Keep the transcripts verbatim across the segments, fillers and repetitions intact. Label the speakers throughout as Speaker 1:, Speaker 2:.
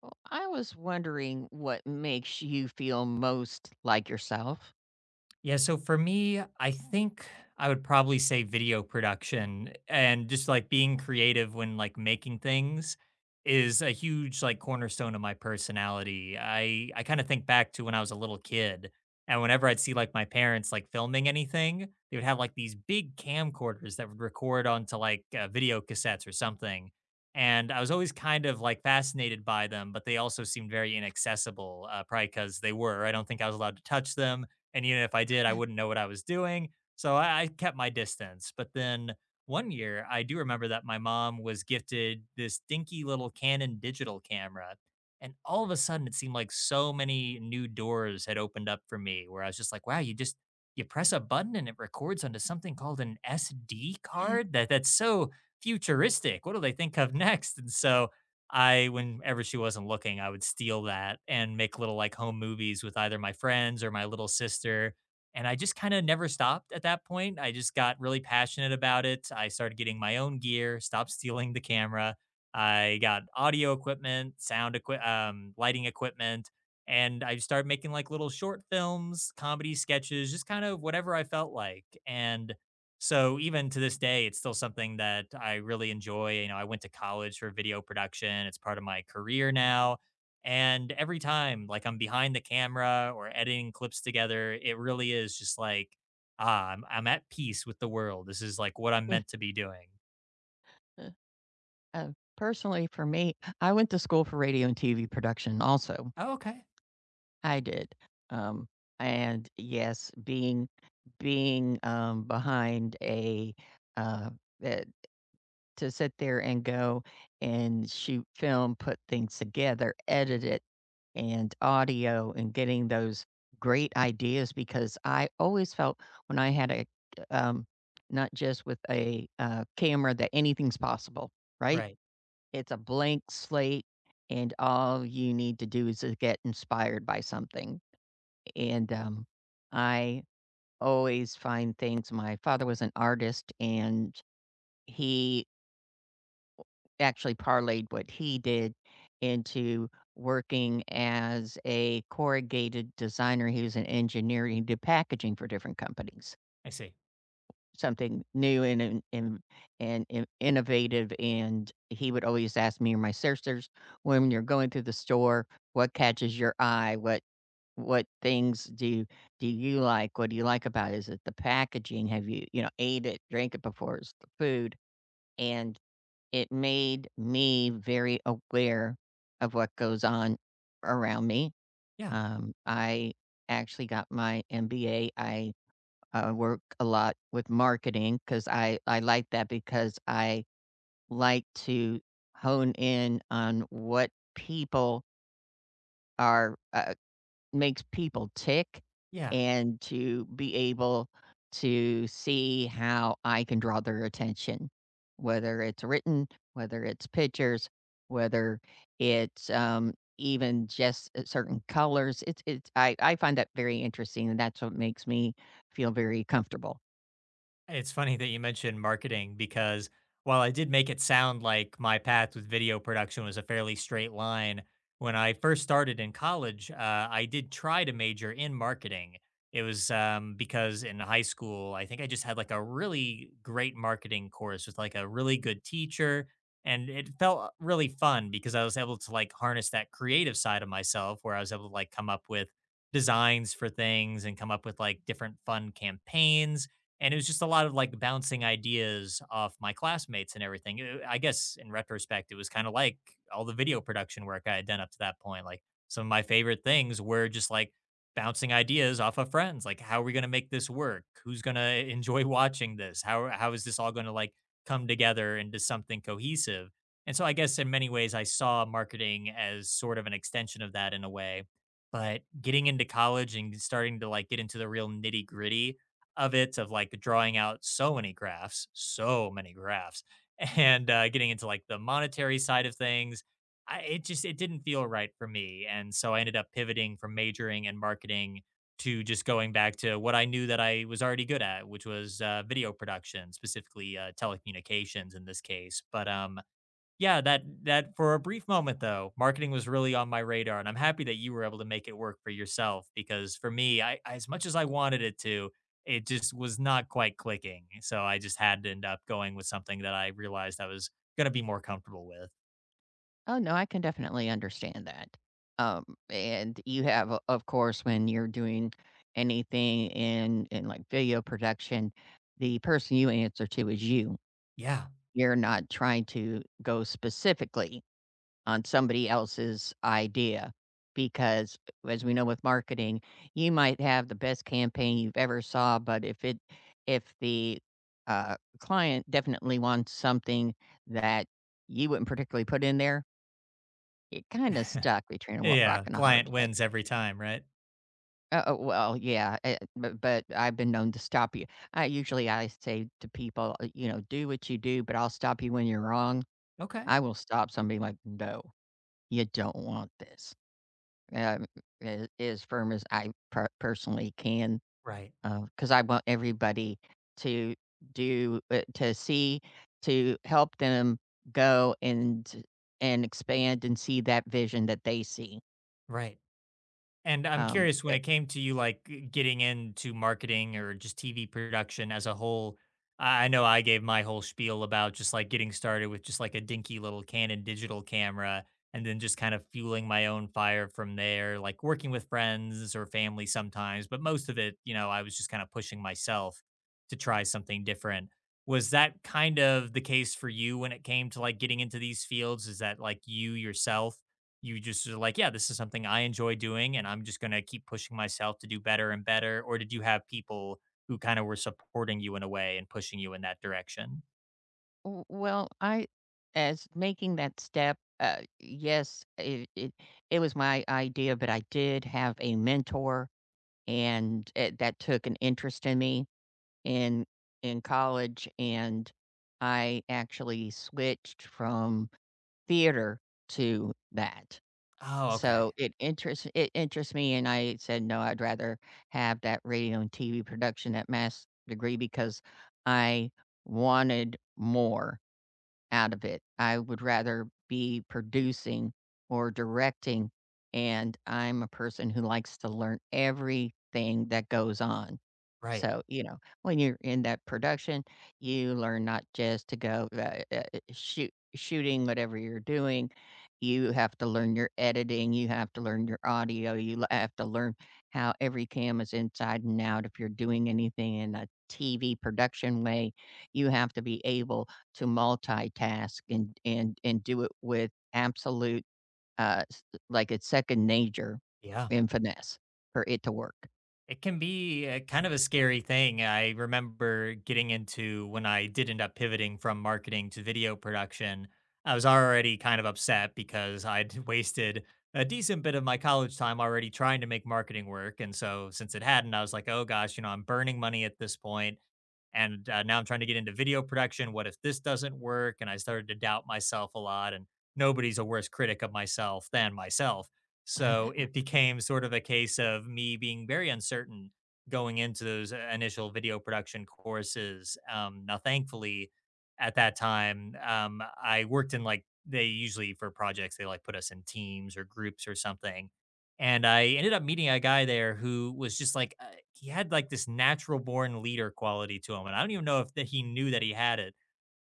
Speaker 1: Well, I was wondering what makes you feel most like yourself.
Speaker 2: Yeah, so for me, I think I would probably say video production and just like being creative when like making things is a huge like cornerstone of my personality. I I kind of think back to when I was a little kid and whenever I'd see like my parents like filming anything, they would have like these big camcorders that would record onto like uh, video cassettes or something. And I was always kind of like fascinated by them, but they also seemed very inaccessible, uh, probably because they were. I don't think I was allowed to touch them and even if I did, I wouldn't know what I was doing. So I, I kept my distance. But then one year, I do remember that my mom was gifted this dinky little Canon digital camera. And all of a sudden, it seemed like so many new doors had opened up for me where I was just like, wow, you just, you press a button and it records onto something called an S D card. That that's so futuristic. What do they think of next? And so I whenever she wasn't looking, I would steal that and make little, like, home movies with either my friends or my little sister, and I just kinda never stopped at that point. I just got really passionate about it. I started getting my own gear, stopped stealing the camera. I got audio equipment, sound equip, um, lighting equipment, and I started making, like, little short films, comedy sketches, just kind of whatever I felt like, and so even to this day, it's still something that I really enjoy. You know, I went to college for video production. It's part of my career now. And every time like I'm behind the camera or editing clips together, it really is just like, ah, I'm, I'm at peace with the world. This is like what I'm meant to be doing.
Speaker 1: Uh, Personally, for me, I went to school for radio and T V production. Also,
Speaker 2: Oh, okay.
Speaker 1: I did, um, and yes, being being um, behind a uh, uh, to sit there and go and shoot film, put things together, edit it, and audio, and getting those great ideas because I always felt when I had a, um, not just with a uh, camera, that anything's possible, right?
Speaker 2: Right.
Speaker 1: It's a blank slate, and all you need to do is to get inspired by something. And um, I always find things. My father was an artist, and he actually parlayed what he did into working as a corrugated designer. He was an engineer. He did packaging for different companies,
Speaker 2: I see.
Speaker 1: something new and and and, and in- innovative. And he would always ask me or my sisters, when you're going through the store, what catches your eye? What what things do do you like? What do you like about it? Is it the packaging? Have you you know ate it, drank it before? Is it the food? And it made me very aware of what goes on around me.
Speaker 2: Yeah.
Speaker 1: Um, I actually got my M B A. I uh, work a lot with marketing because I, I like that because I like to hone in on what people are uh, makes people tick
Speaker 2: Yeah.
Speaker 1: and to be able to see how I can draw their attention, whether it's written, whether it's pictures, whether it's um, even just uh, certain colors. It's it's I, I find that very interesting and that's what makes me feel very comfortable.
Speaker 2: It's funny that you mentioned marketing because while I did make it sound like my path with video production was a fairly straight line, when I first started in college, uh, I did try to major in marketing. It was um, because in high school, I think I just had like a really great marketing course with like a really good teacher. And it felt really fun because I was able to like harness that creative side of myself where I was able to like come up with designs for things and come up with like different fun campaigns and it was just a lot of like bouncing ideas off my classmates and everything. Uh, I guess in retrospect, it was kind of like all the video production work I had done up to that point. Like some of my favorite things were just like bouncing ideas off of friends. Like, how are we going to make this work? Who's going to enjoy watching this? How, how is this all going to like come together into something cohesive? And so I guess in many ways, I saw marketing as sort of an extension of that in a way. But getting into college and starting to like get into the real nitty gritty of it of like drawing out so many graphs, so many graphs, and uh, getting into like the monetary side of things. I, it just it didn't feel right for me, and so I ended up pivoting from majoring in marketing to just going back to what I knew that I was already good at, which was uh, video production, specifically uh, telecommunications in this case. But um, yeah, that that for a brief moment though, marketing was really on my radar, and I'm happy that you were able to make it work for yourself because for me, I as much as I wanted it to, it just was not quite clicking. So I just had to end up going with something that I realized I was gonna be more comfortable with.
Speaker 1: Oh, no, I can definitely understand that. Um, and you have, o- of course, when you're doing anything in in like video production, the person you answer to is you.
Speaker 2: Yeah.
Speaker 1: You're not trying to go specifically on somebody else's idea because as we know with marketing, you might have the best campaign you've ever saw, but if it if the uh, client definitely wants something that you wouldn't particularly put in there, it kinda stuck between a wa rock
Speaker 2: Yeah,
Speaker 1: and a hard
Speaker 2: client
Speaker 1: place.
Speaker 2: wins every time, right?
Speaker 1: Uh, oh, well, yeah, eh, but but I've been known to stop you. I usually I say to people, uh, you know, "Do what you do, but I'll stop you when you're wrong."
Speaker 2: Okay.
Speaker 1: I will stop somebody like, "No, you don't want this." Um, a As firm as I per personally can,
Speaker 2: Right.
Speaker 1: because I want everybody to do uh, to see to help them go and and expand and see that vision that they see.
Speaker 2: Right. And I'm
Speaker 1: Um,
Speaker 2: curious when
Speaker 1: eh
Speaker 2: it came to you, like g- getting into marketing or just T V production as a whole. I I know I gave my whole spiel about just like getting started with just like a dinky little Canon digital camera and then just kind of fueling my own fire from there, like working with friends or family sometimes. But most of it, you know, I was just kind of pushing myself to try something different. Was that kind of the case for you when it came to like getting into these fields? Is that like you yourself? You just are like, "Yeah, this is something I enjoy doing, and I'm just gonna keep pushing myself to do better and better," or did you have people who kinda were supporting you in a way and pushing you in that direction?
Speaker 1: W well, I as making that step, uh, yes, it it it was my idea, but I did have a mentor, and, eh, that took an interest in me in in college, and I actually switched from theater to that.
Speaker 2: Oh, okay.
Speaker 1: So, it interests it interests me, and I said, "No, I'd rather have that radio and T V production at mass degree," because I wanted more out of it. I would rather be producing or directing, and I'm a person who likes to learn everything that goes on.
Speaker 2: Right.
Speaker 1: So, you know, when you're in that production, you learn not just to go uh, uh, uh, shoot shooting whatever you're doing. You have to learn your editing, you have to learn your audio, you l- have to learn how every cam is inside and out. If you're doing anything in a T V production way, you have to be able to multitask and and and do it with absolute, uh, s like, it's second nature
Speaker 2: Yeah.
Speaker 1: and finesse for it to work.
Speaker 2: It can be a kind of a scary thing. I remember getting into when I did end up pivoting from marketing to video production, I was already kind of upset because I'd wasted a decent bit of my college time already trying to make marketing work, and so since it hadn't, I was like, "Oh gosh, you know, I'm burning money at this point. And uh, now I'm trying to get into video production. What if this doesn't work?" And I started to doubt myself a lot, and nobody's a worse critic of myself than myself. So it became sort of a case of me being very uncertain going into those uh, initial video production courses. Um, now, thankfully, at that time, um, I worked in like they usually for projects they like put us in teams or groups or something and I ended up meeting a guy there who was just like, uh, he had like this natural born leader quality to him. And I don't even know if that he knew that he had it,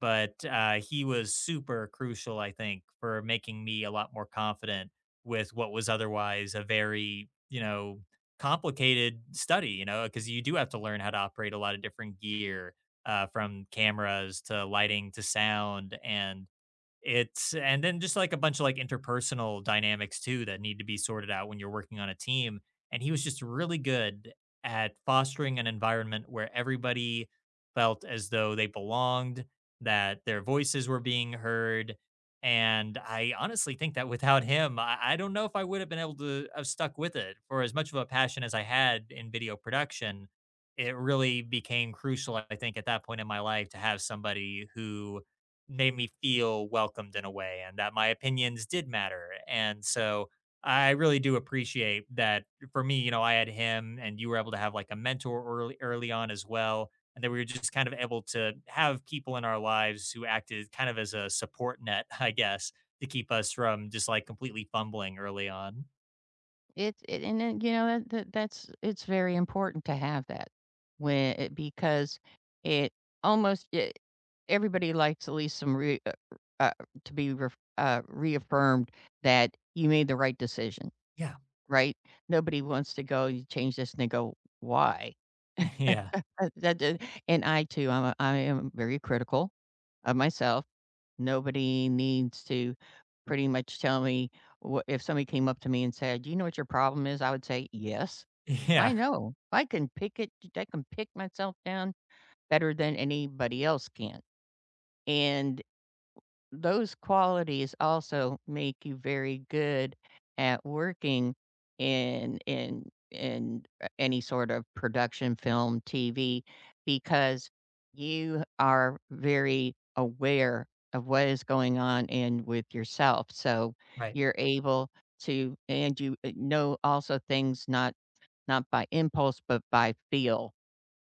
Speaker 2: but uh, he was super crucial, I think, for making me a lot more confident with what was otherwise a very, you know, complicated study, you know, because you do have to learn how to operate a lot of different gear uh, from cameras to lighting to sound. And it's and then just like a bunch of like interpersonal dynamics too that need to be sorted out when you're working on a team. And he was just really good at fostering an environment where everybody felt as though they belonged, that their voices were being heard. And I honestly think that without him, I, I don't know if I would have been able to have stuck with it for as much of a passion as I had in video production. It really became crucial, I think, at that point in my life to have somebody who made me feel welcomed in a way and that my opinions did matter. And so I really do appreciate that for me, you know, I had him and you were able to have like a mentor early early on as well. And that we were just kind of able to have people in our lives who acted kind of as a support net, I guess, to keep us from just like completely fumbling early on.
Speaker 1: It's it and then, you know, that that that's it's very important to have that when it because it almost e everybody likes at least some re uh, uh, to be ref uh, reaffirmed that you made the right decision,
Speaker 2: Yeah.
Speaker 1: right? Nobody wants to go, "You change this," and they go, "Why?"
Speaker 2: Yeah.
Speaker 1: Uh, that did and I too, I'm a I am very critical of myself. Nobody needs to pretty much tell me wha if somebody came up to me and said, "Do you know what your problem is?" I would say, "Yes, I
Speaker 2: Yeah.
Speaker 1: know. I can pick it I can pick myself down better than anybody else can." And those qualities also make you very good at working in in in any sort of production, film, T V, because you are very aware of what is going on and with yourself, so
Speaker 2: Right.
Speaker 1: you're able to and you, uh, know also things not not by impulse, but by feel.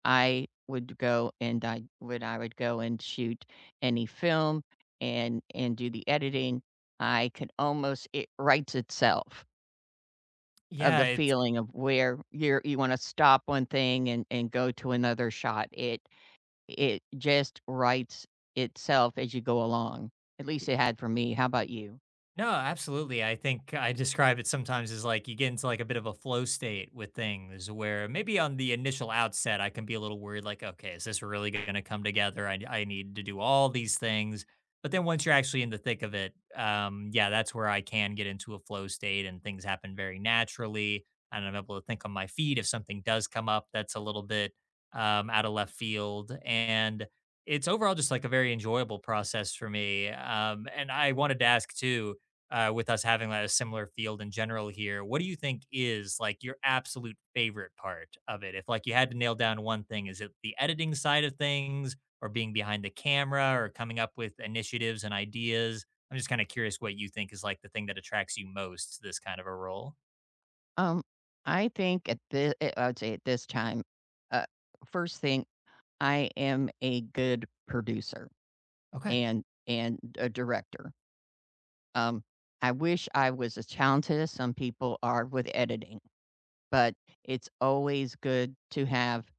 Speaker 1: I would go and I would I would go and shoot any film and and do the editing, I could almost it writes itself of
Speaker 2: Yeah.
Speaker 1: the
Speaker 2: It's
Speaker 1: feeling of where you're you wanna stop one thing and and go to another shot. It it just writes itself as you go along. At least it had for me. How about you?
Speaker 2: no, absolutely. I think I describe it sometimes as like you get into like a bit of a flow state with things where maybe on the initial outset, I can be a little worried like, okay, is this really going to come together? I, I need to do all these things. But then once you're actually in the thick of it, um, yeah, that's where I can get into a flow state and things happen very naturally. And I'm able to think on my feet if something does come up that's a little bit um, out of left field. And it's overall just like a very enjoyable process for me. Um, and I wanted to ask too uh, with us having like, a similar field in general here, what do you think is like your absolute favorite part of it? If like you had to nail down one thing, is it the editing side of things or being behind the camera or coming up with initiatives and ideas? I'm just kind of curious what you think is like the thing that attracts you most to this kind of a role.
Speaker 1: Um, I think at the eh, I would say at this time, uh, first thing, I am a good producer
Speaker 2: Okay.
Speaker 1: and and a director. Um, I wish I was as talented as some people are with editing, but it's always good to have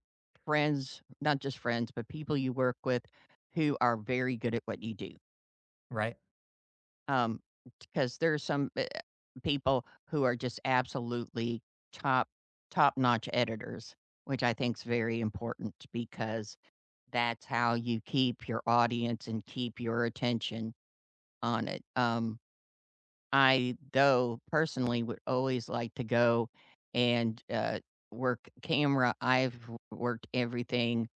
Speaker 1: friends, not just friends, but people you work with who are very good at what you do.
Speaker 2: Right.
Speaker 1: Um, because there are some uh, people who are just absolutely top top notch editors, which I think is very important because that's how you keep your audience and keep your attention on it. Um, I, though, personally would always like to go and, uh, work camera. I've w worked everything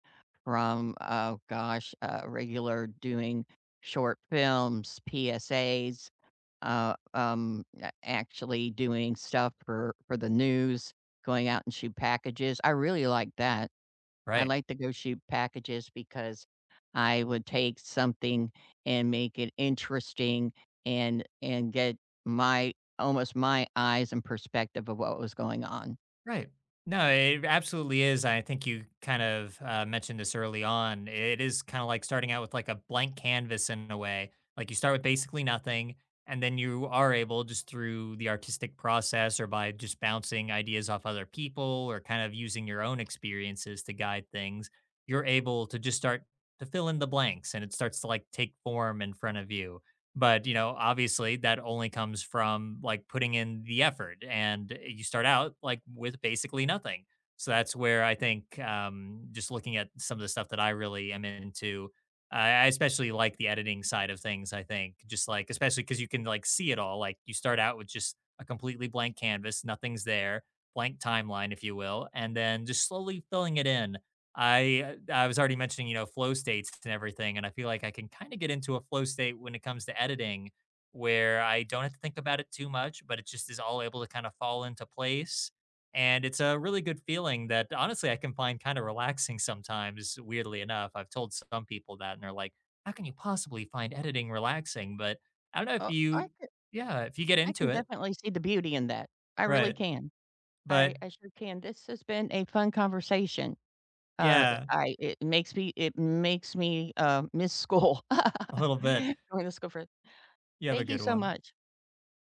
Speaker 1: from, oh gosh, uh, regular doing short films, P S As, uh, um, a actually doing stuff for for the news, going out and shoot packages. I really like that. I
Speaker 2: Right.
Speaker 1: like the go shoot packages because I would take something and make it interesting and and get my almost my eyes and perspective of what was going on.
Speaker 2: Right. No, it absolutely is. I think you kind of uh, mentioned this early on. It is kind of like starting out with like a blank canvas in a way. Like you start with basically nothing, and then you are able just through the artistic process or by just bouncing ideas off other people or kind of using your own experiences to guide things, you're able to just start to fill in the blanks and it starts to like take form in front of you but, you know, obviously that only comes from like putting in the effort and you start out like with basically nothing. So that's where I think um, just looking at some of the stuff that I really am into, I I especially like the editing side of things. I think just like, especially because you can like see it all. Like you start out with just a completely blank canvas, nothing's there, blank timeline, if you will, and then just slowly filling it in. I I was already mentioning, you know, flow states and everything, and I feel like I can kind of get into a flow state when it comes to editing where I don't have to think about it too much, but it just is all able to kind of fall into place. And it's a really good feeling that honestly I can find kind of relaxing sometimes, weirdly enough. I've told some people that and they're like, how can you possibly find editing relaxing? But I don't know if
Speaker 1: Oh, I
Speaker 2: you,
Speaker 1: could
Speaker 2: yeah, if you get
Speaker 1: I
Speaker 2: into
Speaker 1: can
Speaker 2: it.
Speaker 1: definitely see the beauty in that. I really
Speaker 2: Right.
Speaker 1: can. I
Speaker 2: But
Speaker 1: I sure can. This has been a fun conversation. Uh,
Speaker 2: yeah,
Speaker 1: I It makes me it makes me, uh, miss school.
Speaker 2: a little bit.
Speaker 1: Going to school for
Speaker 2: You have a
Speaker 1: thank you
Speaker 2: good
Speaker 1: so
Speaker 2: one.
Speaker 1: much.